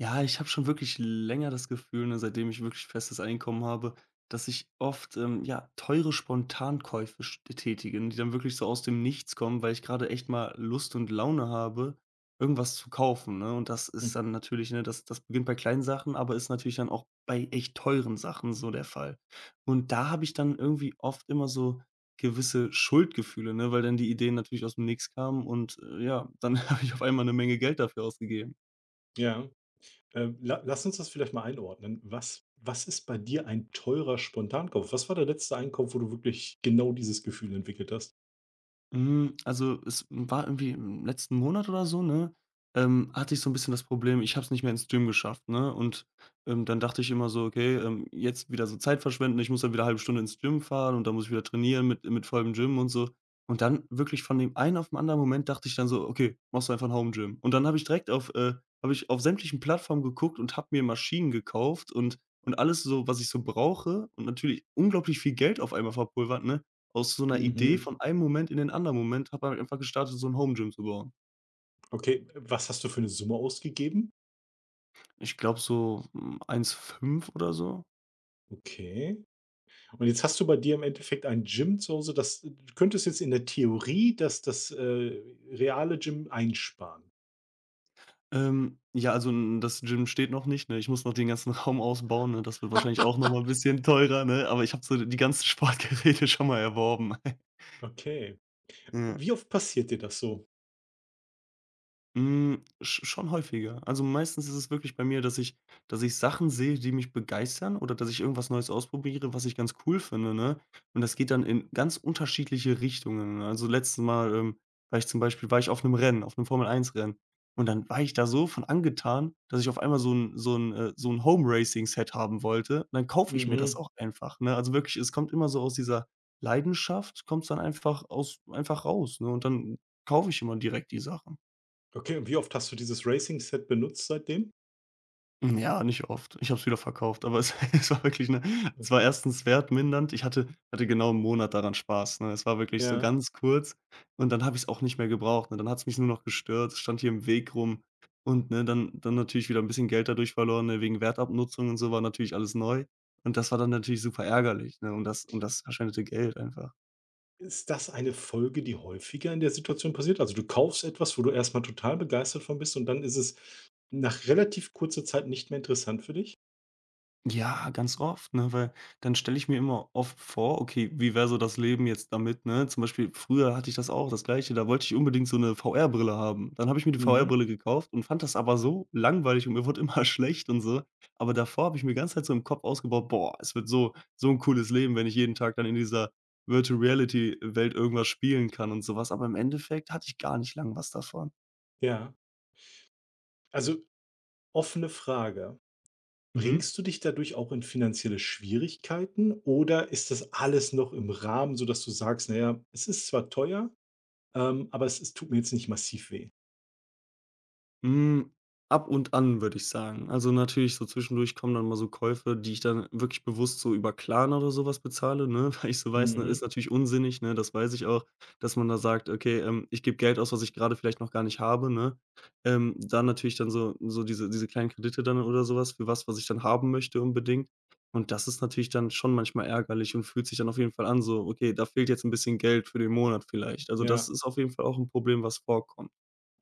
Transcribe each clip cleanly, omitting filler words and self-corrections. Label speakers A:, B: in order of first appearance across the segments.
A: Ja, ich habe schon wirklich länger das Gefühl, ne, seitdem ich wirklich festes Einkommen habe, dass ich oft, ja, teure Spontankäufe st tätige, ne, die dann wirklich so aus dem Nichts kommen, weil ich gerade echt mal Lust und Laune habe, irgendwas zu kaufen, ne? Und das ist
B: Hm,
A: dann natürlich, ne das beginnt bei kleinen Sachen, aber ist natürlich dann auch bei echt teuren Sachen so der Fall. Und da habe ich dann irgendwie oft immer so gewisse Schuldgefühle, ne, weil dann die Ideen natürlich aus dem Nichts kamen und, ja, dann habe ich auf einmal eine Menge Geld dafür ausgegeben.
B: ja. La lass uns das vielleicht mal einordnen. Was ist bei dir ein teurer Spontankauf? Was war der letzte Einkauf, wo du wirklich genau dieses Gefühl entwickelt hast?
A: Hm, also, es war irgendwie im letzten Monat oder so, ne, hatte ich so 'n bisschen das Problem, ich habe es nicht mehr ins Gym geschafft, ne? Und dann dachte ich immer so: „Okay, jetzt wieder so Zeit verschwenden, ich muss dann wieder halbe Stunde ins Gym fahren und dann muss ich wieder trainieren mit vollem Gym und so.“ Und dann wirklich von dem einen auf 'n anderen Moment dachte ich dann so: „Okay, machst du einfach 'n Home Gym.“ Und dann habe ich direkt auf habe ich auf sämtlichen Plattformen geguckt und habe mir Maschinen gekauft und alles so, was ich so brauche und natürlich unglaublich viel Geld auf einmal verpulvert, ne? Aus so 'ner Idee
B: Mhm.
A: von einem Moment in den anderen Moment habe halt einfach gestartet, so 'n Home Gym zu bauen.
B: Okay, was hast du für eine Summe ausgegeben?
A: Ich glaube so, hm, eins fünf oder so.
B: Okay. Und jetzt hast du bei dir im Endeffekt ein Gym zu Hause, das du könntest jetzt in der Theorie das reale Gym einsparen.
A: Ja, also, n das Gym steht noch nicht, ne? Ich muss noch den ganzen Raum ausbauen, ne? Das wird wahrscheinlich auch noch mal 'n bisschen teurer, ne? Aber ich habe so die ganzen Sportgeräte schon mal erworben.
B: Okay.
A: Ja.
B: Wie oft passiert dir das so?
A: Schon häufiger. Also, meistens ist es wirklich bei mir, dass ich Sachen sehe, die mich begeistern oder dass ich irgendwas Neues ausprobiere, was ich ganz cool finde, ne? Und das geht dann in ganz unterschiedliche Richtungen, ne? Also, letztes Mal, war ich zum Beispiel war ich auf 'nem Rennen, auf 'nem formel Eins rennen und dann war ich da so von angetan, dass ich auf einmal so 'n Home-Racing-Set haben wollte. Und dann kaufe ich mir das
B: Mhm.
A: auch einfach, ne? Also, wirklich, es kommt immer so aus dieser Leidenschaft kommt's dann einfach raus, ne? Und dann kaufe ich immer direkt die Sachen.
B: Okay, und wie oft hast du dieses Racing Set benutzt seitdem?
A: Hm, ja, nicht oft. Ich habe es wieder verkauft, aber es es war wirklich, ne es
B: Okay.
A: war erstens wertmindernd. Ich hatte genau einen Monat daran Spaß, ne? Es war wirklich so
B: Ja.
A: ganz kurz und dann habe ich es auch nicht mehr gebraucht, ne? Dann hat es mich nur noch gestört, es stand hier im Weg rum und, ne, dann natürlich wieder ein bisschen Geld dadurch verloren, ne, wegen Wertabnutzung und so war natürlich alles neu und das war dann natürlich super ärgerlich, ne, um das verschwendete Geld einfach.
B: Ist das eine Folge, die häufiger in der Situation passiert? Also, du kaufst etwas, wo du erst mal total begeistert von bist und dann ist es nach relativ kurzer Zeit nicht mehr interessant für dich?
A: Ja, ganz oft, ne? Weil dann stelle ich mir immer oft vor, okay, wie wäre so das Leben jetzt damit, ne? Zum Beispiel früher hatte ich das auch, das Gleiche, da wollte ich unbedingt so 'ne VR-Brille haben. Dann habe ich mir die
B: Mhm,
A: VR-Brille gekauft und fand das aber so langweilig und mir wurde immer schlecht und so. Aber davor habe ich mir ganz halt so im Kopf ausgebaut: „Boah, es wird so ein cooles Leben, wenn ich jeden Tag dann in dieser Virtual Reality Welt irgendwas spielen kann und sowas. Aber im Endeffekt hatte ich gar nicht lang was davon.
B: ja. Also, offene Frage.
A: Mhm.
B: Bringst du dich dadurch auch in finanzielle Schwierigkeiten oder ist das alles noch im Rahmen, sodass du sagst: Naja, es ist zwar teuer, aber es tut mir jetzt nicht massiv weh?“
A: Hm, ab und an, würde ich sagen. Also, natürlich so zwischendurch kommen dann mal so Käufe, die ich dann wirklich bewusst so über Klarna oder sowas bezahle, ne, weil ich so weiß, ne,
B: Mhm,
A: ist natürlich unsinnig, ne, das weiß ich auch, dass man da sagt: „Okay, ich gebe Geld aus, was ich gerade vielleicht noch gar nicht habe“, ne? Dann natürlich dann so diese kleinen Kredite dann oder sowas für was, was ich dann haben möchte unbedingt. Und das ist natürlich dann schon manchmal ärgerlich und fühlt sich dann auf jeden Fall an so: „Okay, da fehlt jetzt ein bisschen Geld für den Monat vielleicht.“ Also, das
B: ja.
A: ist auf jeden Fall auch ein Problem, was vorkommt.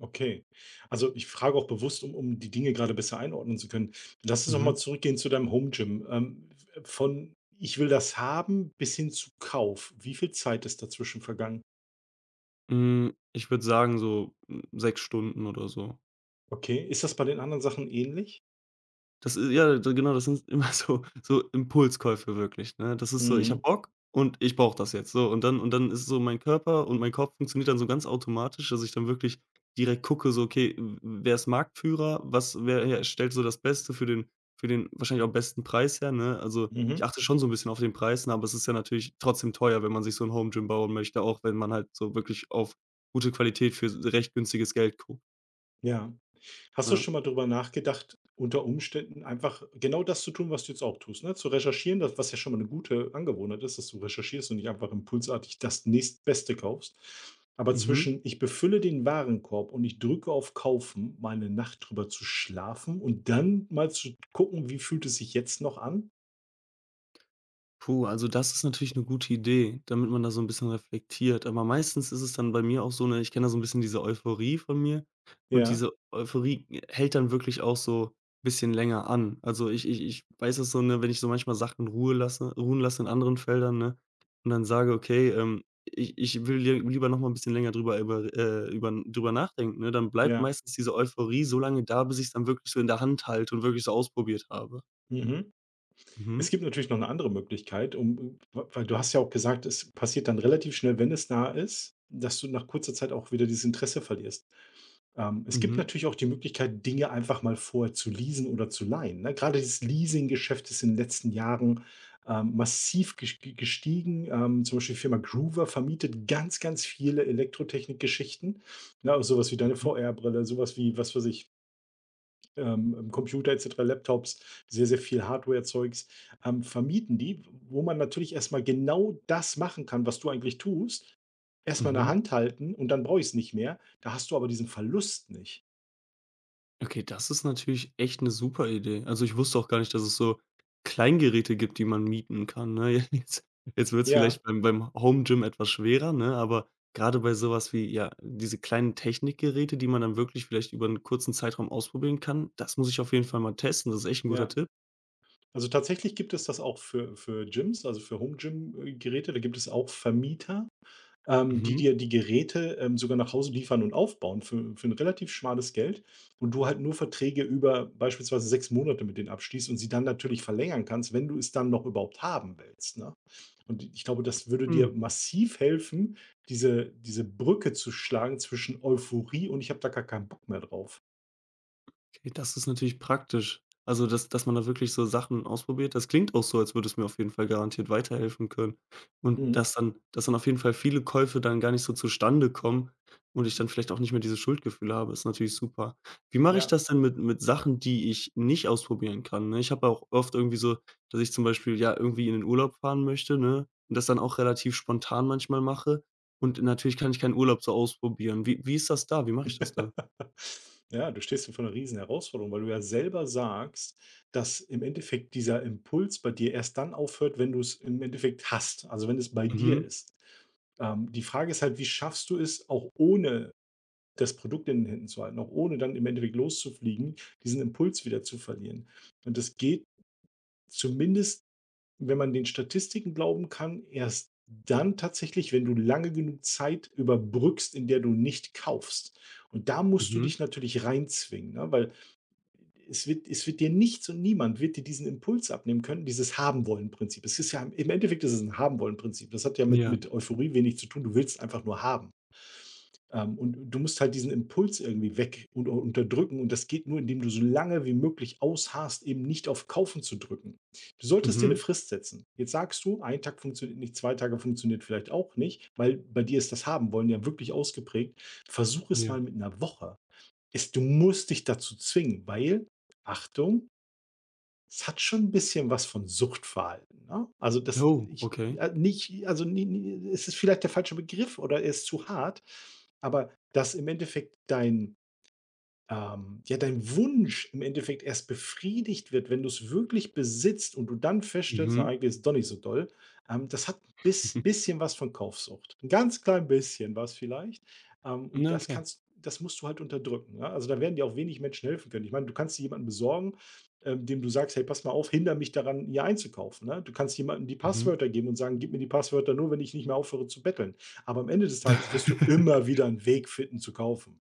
B: Okay. Also, ich frage auch bewusst, um die Dinge gerade besser einordnen zu können. Lass uns noch mal
A: Mhm.
B: zurückgehen zu deinem Home Gym. Von „Ich will das haben“ bis hin zu Kauf. Wie viel Zeit ist dazwischen vergangen?
A: Hm, ich würde sagen, so, hm, 6 Stunden oder so.
B: Okay. Ist das bei den anderen Sachen ähnlich?
A: Das i ja, d Genau, das sind immer so so Impulskäufe wirklich, ne? Das ist so: „Ich habe
B: Mhm.
A: Bock und ich brauche das jetzt“, so. Und dann ist so mein Körper und mein Kopf funktioniert dann so ganz automatisch, dass ich dann wirklich direkt gucke, so: „Okay, w wer ist Marktführer? Was wer herstellt so das Beste für den wahrscheinlich auch besten Preis her“, ne? Also,
B: Mhm.
A: ich achte schon so 'n bisschen auf den Preis, ne, aber es ist ja natürlich trotzdem teuer, wenn man sich so 'n Home Gym bauen möchte, auch wenn man halt so wirklich auf gute Qualität für s recht günstiges Geld guckt.
B: Ja. Hast du
A: Ja.
B: schon mal darüber nachgedacht, unter Umständen einfach genau das zu tun, was du jetzt auch tust, ne? Zu recherchieren, das was ja schon mal eine gute Angewohnheit ist, dass du recherchierst und nicht einfach impulsartig das nächstbeste kaufst. Aber
A: Mhm.
B: zwischen: „Ich befülle den Warenkorb und ich drücke auf Kaufen“, mal 'ne Nacht drüber zu schlafen und dann mal zu gucken, wie fühlt es sich jetzt noch an?
A: Puh, also das ist natürlich eine gute Idee, damit man da so ein bisschen reflektiert. Aber meistens ist es dann bei mir auch so, ne ich kenne da so ein bisschen diese Euphorie von mir und
B: Ja,
A: diese Euphorie hält dann wirklich auch so ein bisschen länger an. Also, ich weiß das so, ne, wenn ich so manchmal Sachen ruhen lasse in anderen Feldern, ne, und dann sage: „Okay, ich will lieber noch mal ein bisschen länger drüber über über drüber nachdenken“, ne? Dann bleibt
B: ja,
A: meistens diese Euphorie so lange da, bis ich es dann wirklich so in der Hand halte und wirklich so ausprobiert habe.
B: mhm.
A: Mhm.
B: Es gibt natürlich noch eine andere Möglichkeit, um weil du hast ja auch gesagt, es passiert dann relativ schnell, wenn es nah ist, dass du nach kurzer Zeit auch wieder dieses Interesse verlierst. Es gibt
A: Mhm.
B: natürlich auch die Möglichkeit, Dinge einfach mal vorher zu leasen oder zu leihen, ne? Gerade dieses Leasinggeschäft ist in den letzten Jahren, massiv gestiegen. Zum Beispiel die Firma Groover vermietet ganz, ganz viele Elektrotechnikgeschichten, ne? So was wie deine VR-Brille, sowas wie, was weiß ich, Computer et cetera, Laptops, sehr, sehr viel Hardware-Zeugs, vermieten die, wo man natürlich erst mal genau das machen kann, was du eigentlich tust. Erst mal in der
A: Mhm.
B: Hand halten und dann brauche ich es nicht mehr. Da hast du aber diesen Verlust nicht.
A: Okay, das ist natürlich echt eine super Idee. Also, ich wusste auch gar nicht, dass es so Kleingeräte gibt, die man mieten kann, ne? Jetzt jetzt wird es
B: Ja,
A: vielleicht beim Home Gym etwas schwerer, ne, aber gerade bei sowas wie, ja, diese kleinen Technikgeräte, die man dann wirklich vielleicht über einen kurzen Zeitraum ausprobieren kann, das muss ich auf jeden Fall mal testen. Das ist echt ein guter
B: ja.
A: Tipp.
B: Also, tatsächlich gibt es das auch für Gyms, also für Home-Gym-Geräte. Da gibt es auch Vermieter, die
A: Mhm.
B: dir die Geräte, sogar nach Hause liefern und aufbauen für ein relativ schmales Geld und du halt nur Verträge über beispielsweise 6 Monate mit denen abschließt und sie dann natürlich verlängern kannst, wenn du es dann noch überhaupt haben willst, ne? Und ich glaube, das würde dir
A: Hm.
B: massiv helfen, diese Brücke zu schlagen zwischen Euphorie und: „Ich habe da gar keinen Bock mehr drauf.“
A: Okay, das ist natürlich praktisch. Also, dass man da wirklich so Sachen ausprobiert. Das klingt auch so, als würde es mir auf jeden Fall garantiert weiterhelfen können. Und
B: Mhm,
A: dass dann auf jeden Fall viele Käufe dann gar nicht so zustande kommen und ich dann vielleicht auch nicht mehr dieses Schuldgefühl habe, ist natürlich super. Wie mache ich
B: ja.
A: das denn mit Sachen, die ich nicht ausprobieren kann, ne? Ich habe auch oft irgendwie so, dass ich zum Beispiel, ja, irgendwie in den Urlaub fahren möchte, ne, und das dann auch relativ spontan manchmal mache. Und natürlich kann ich keinen Urlaub so ausprobieren. Wie ist das da? Wie mache ich das da?
B: Ja, du stehst vor einer riesen Herausforderung, weil du ja selber sagst, dass im Endeffekt dieser Impuls bei dir erst dann aufhört, wenn du es im Endeffekt hast, also wenn es bei dir
A: Mhm.
B: ist. Die Frage ist halt, wie schaffst du es, auch ohne das Produkt in den Händen zu halten, auch ohne dann im Endeffekt loszufliegen, diesen Impuls wieder zu verlieren? Und das geht zumindest wenn man den Statistiken glauben kann, erst dann tatsächlich, wenn du lange genug Zeit überbrückst, in der du nicht kaufst. Und da musst du
A: Mhm.
B: dich natürlich reinzwingen, ne? Weil es wird dir nichts und niemand wird dir diesen Impuls abnehmen können, dieses Haben-Wollen-Prinzip. Es ist ja im Endeffekt ist es ein Haben-Wollen-Prinzip. Das hat ja
A: Ja.
B: mit Euphorie wenig zu tun. Du willst einfach nur haben. Und du musst halt diesen Impuls irgendwie weg und unterdrücken und das geht nur, indem du so lange wie möglich ausharrst, eben nicht auf Kaufen zu drücken. Du solltest dir eine
A: Mhm,
B: Frist setzen. Jetzt sagst du: „Ein Tag funktioniert nicht, 2 Tage funktioniert vielleicht auch nicht“, weil bei dir ist das Haben-Wollen ja wirklich ausgeprägt. Versuch es
A: ja.
B: mal mit einer Woche. Es Du musst dich dazu zwingen, weil, Achtung es hat schon ein bisschen was von Suchtverhalten, ne? Also, das
A: Oh,
B: ich
A: okay.
B: nicht also, ni ni Es ist vielleicht der falsche Begriff oder er ist zu hart, aber dass im Endeffekt dein Wunsch im Endeffekt erst befriedigt wird, wenn du es wirklich besitzt und du dann feststellst: „Na,
A: Mhm.
B: eigentlich ist es doch nicht so doll.“ Das hat 'n bisschen was von Kaufsucht. Ein ganz klein bisschen was vielleicht.
A: Mhm.
B: Und
A: Na, okay.
B: das musst du halt unterdrücken, ne? Also, da werden dir auch wenig Menschen helfen können. Ich meine, du kannst dir jemanden besorgen, dem du sagst: „Hey, pass mal auf, hindere mich daran, hier einzukaufen“, ne? Du kannst jemandem die
A: Mhm.
B: Passwörter geben und sagen: „Gib mir die Passwörter nur, wenn ich nicht mehr aufhöre zu betteln.“ Aber am Ende des Tages wirst du immer wieder einen Weg finden zu kaufen.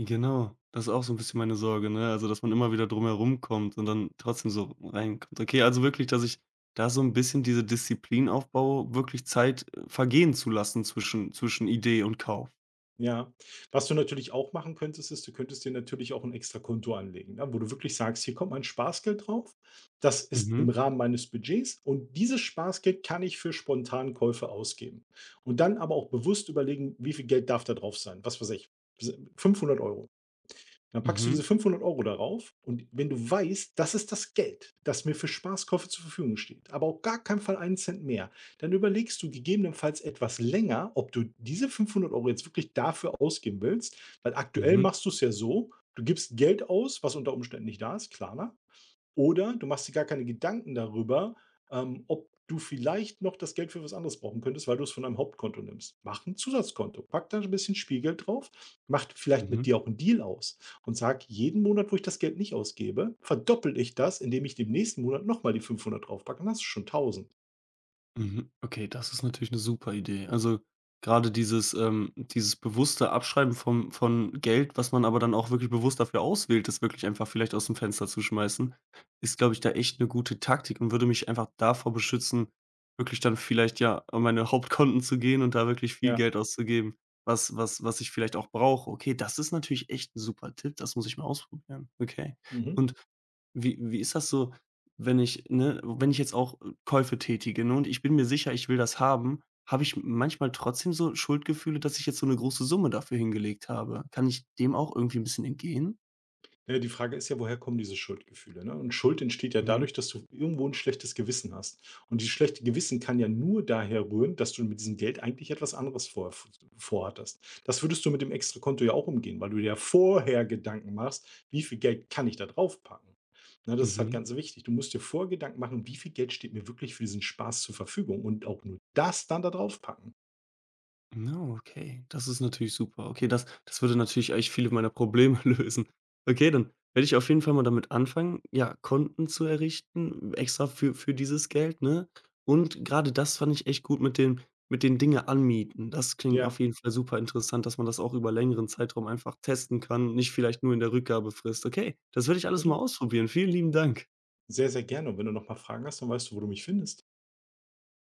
A: Genau, das ist auch so 'n bisschen meine Sorge, ne? Also, dass man immer wieder drum herum kommt und dann trotzdem so reinkommt. Okay, also wirklich, dass ich da so 'n bisschen diese Disziplin aufbaue, wirklich Zeit, vergehen zu lassen zwischen Idee und Kauf.
B: Ja. Was du natürlich auch machen könntest, ist, du könntest dir natürlich auch ein extra Konto anlegen, ne, wo du wirklich sagst: „Hier kommt mein Spaßgeld drauf. Das ist im
A: Mhm,
B: Rahmen meines Budgets und dieses Spaßgeld kann ich für Spontankäufe ausgeben.“ Und dann aber auch bewusst überlegen, wie viel Geld darf da drauf sein? Was weiß ich, s 500 Euro €. Dann packst du
A: mhm,
B: diese 500 € darauf und wenn du weißt, das ist das Geld, das mir für Spaßkäufe zur Verfügung steht, aber auf gar keinen Fall einen Cent mehr, dann überlegst du gegebenenfalls etwas länger, ob du diese 500 € jetzt wirklich dafür ausgeben willst, weil aktuell
A: mhm,
B: machst du es ja so, du gibst Geld aus, was unter Umständen nicht da ist, klar, ne? Oder du machst dir gar keine Gedanken darüber, ob du vielleicht noch das Geld für was anderes brauchen könntest, weil du es von einem Hauptkonto nimmst. Mach ein Zusatzkonto, pack da ein bisschen Spielgeld drauf, mach vielleicht mit
A: mhm.
B: dir auch einen Deal aus und sag: „Jeden Monat, wo ich das Geld nicht ausgebe, verdoppel ich das, indem ich dem nächsten Monat noch mal die 500 draufpacke.“ Dann hast du schon 1.000.
A: Mhm. Okay, das ist natürlich eine super Idee. Also, gerade dieses bewusste Abschreiben vom von Geld, was man aber dann auch wirklich bewusst dafür auswählt, das wirklich einfach vielleicht aus dem Fenster zu schmeißen, ist, glaube ich, da echt eine gute Taktik und würde mich einfach davor beschützen, wirklich dann vielleicht, ja, an meine Hauptkonten zu gehen und da wirklich viel
B: Ja,
A: Geld auszugeben, was ich vielleicht auch brauche. Okay, das ist natürlich echt ein super Tipp, das muss ich mal ausprobieren. Okay.
B: mhm.
A: Und wie ist das so wenn ich ne, wenn ich jetzt auch Käufe tätige, ne, und ich bin mir sicher, ich will das haben, habe ich manchmal trotzdem so Schuldgefühle, dass ich jetzt so 'ne große Summe dafür hingelegt habe. Kann ich dem auch irgendwie 'n bisschen entgehen?
B: Ja, die Frage ist ja, woher kommen diese Schuldgefühle, ne? Und Schuld entsteht ja
A: Mhm.
B: dadurch, dass du irgendwo ein schlechtes Gewissen hast. Und dieses schlechte Gewissen kann ja nur daher rühren, dass du mit diesem Geld eigentlich etwas anderes vorhattest. Das würdest du mit dem Extrakonto ja auch umgehen, weil du dir ja vorher Gedanken machst: „Wie viel Geld kann ich da draufpacken?“ Ne, das ist halt
A: Mhm.
B: ganz wichtig. Du musst dir vorher Gedanken machen: „Wie viel Geld steht mir wirklich für diesen Spaß zur Verfügung?“ Und auch nur das dann da draufpacken.
A: Na, okay. Das ist natürlich super. Okay, das würde natürlich eigentlich viele meiner Probleme lösen. Okay, dann werde ich auf jeden Fall mal damit anfangen, ja, Konten zu errichten, extra für dieses Geld, ne? Und gerade das fand ich echt gut mit dem mit den Dinge anmieten. Das klingt
B: Ja,
A: auf jeden Fall super interessant, dass man das auch über längeren Zeitraum einfach testen kann, nicht vielleicht nur in der Rückgabefrist. Okay, das werde ich alles mal
B: genau.
A: ausprobieren. Vielen lieben Dank.
B: Sehr, sehr gerne. Und wenn du noch mal Fragen hast, dann weißt du, wo du mich findest.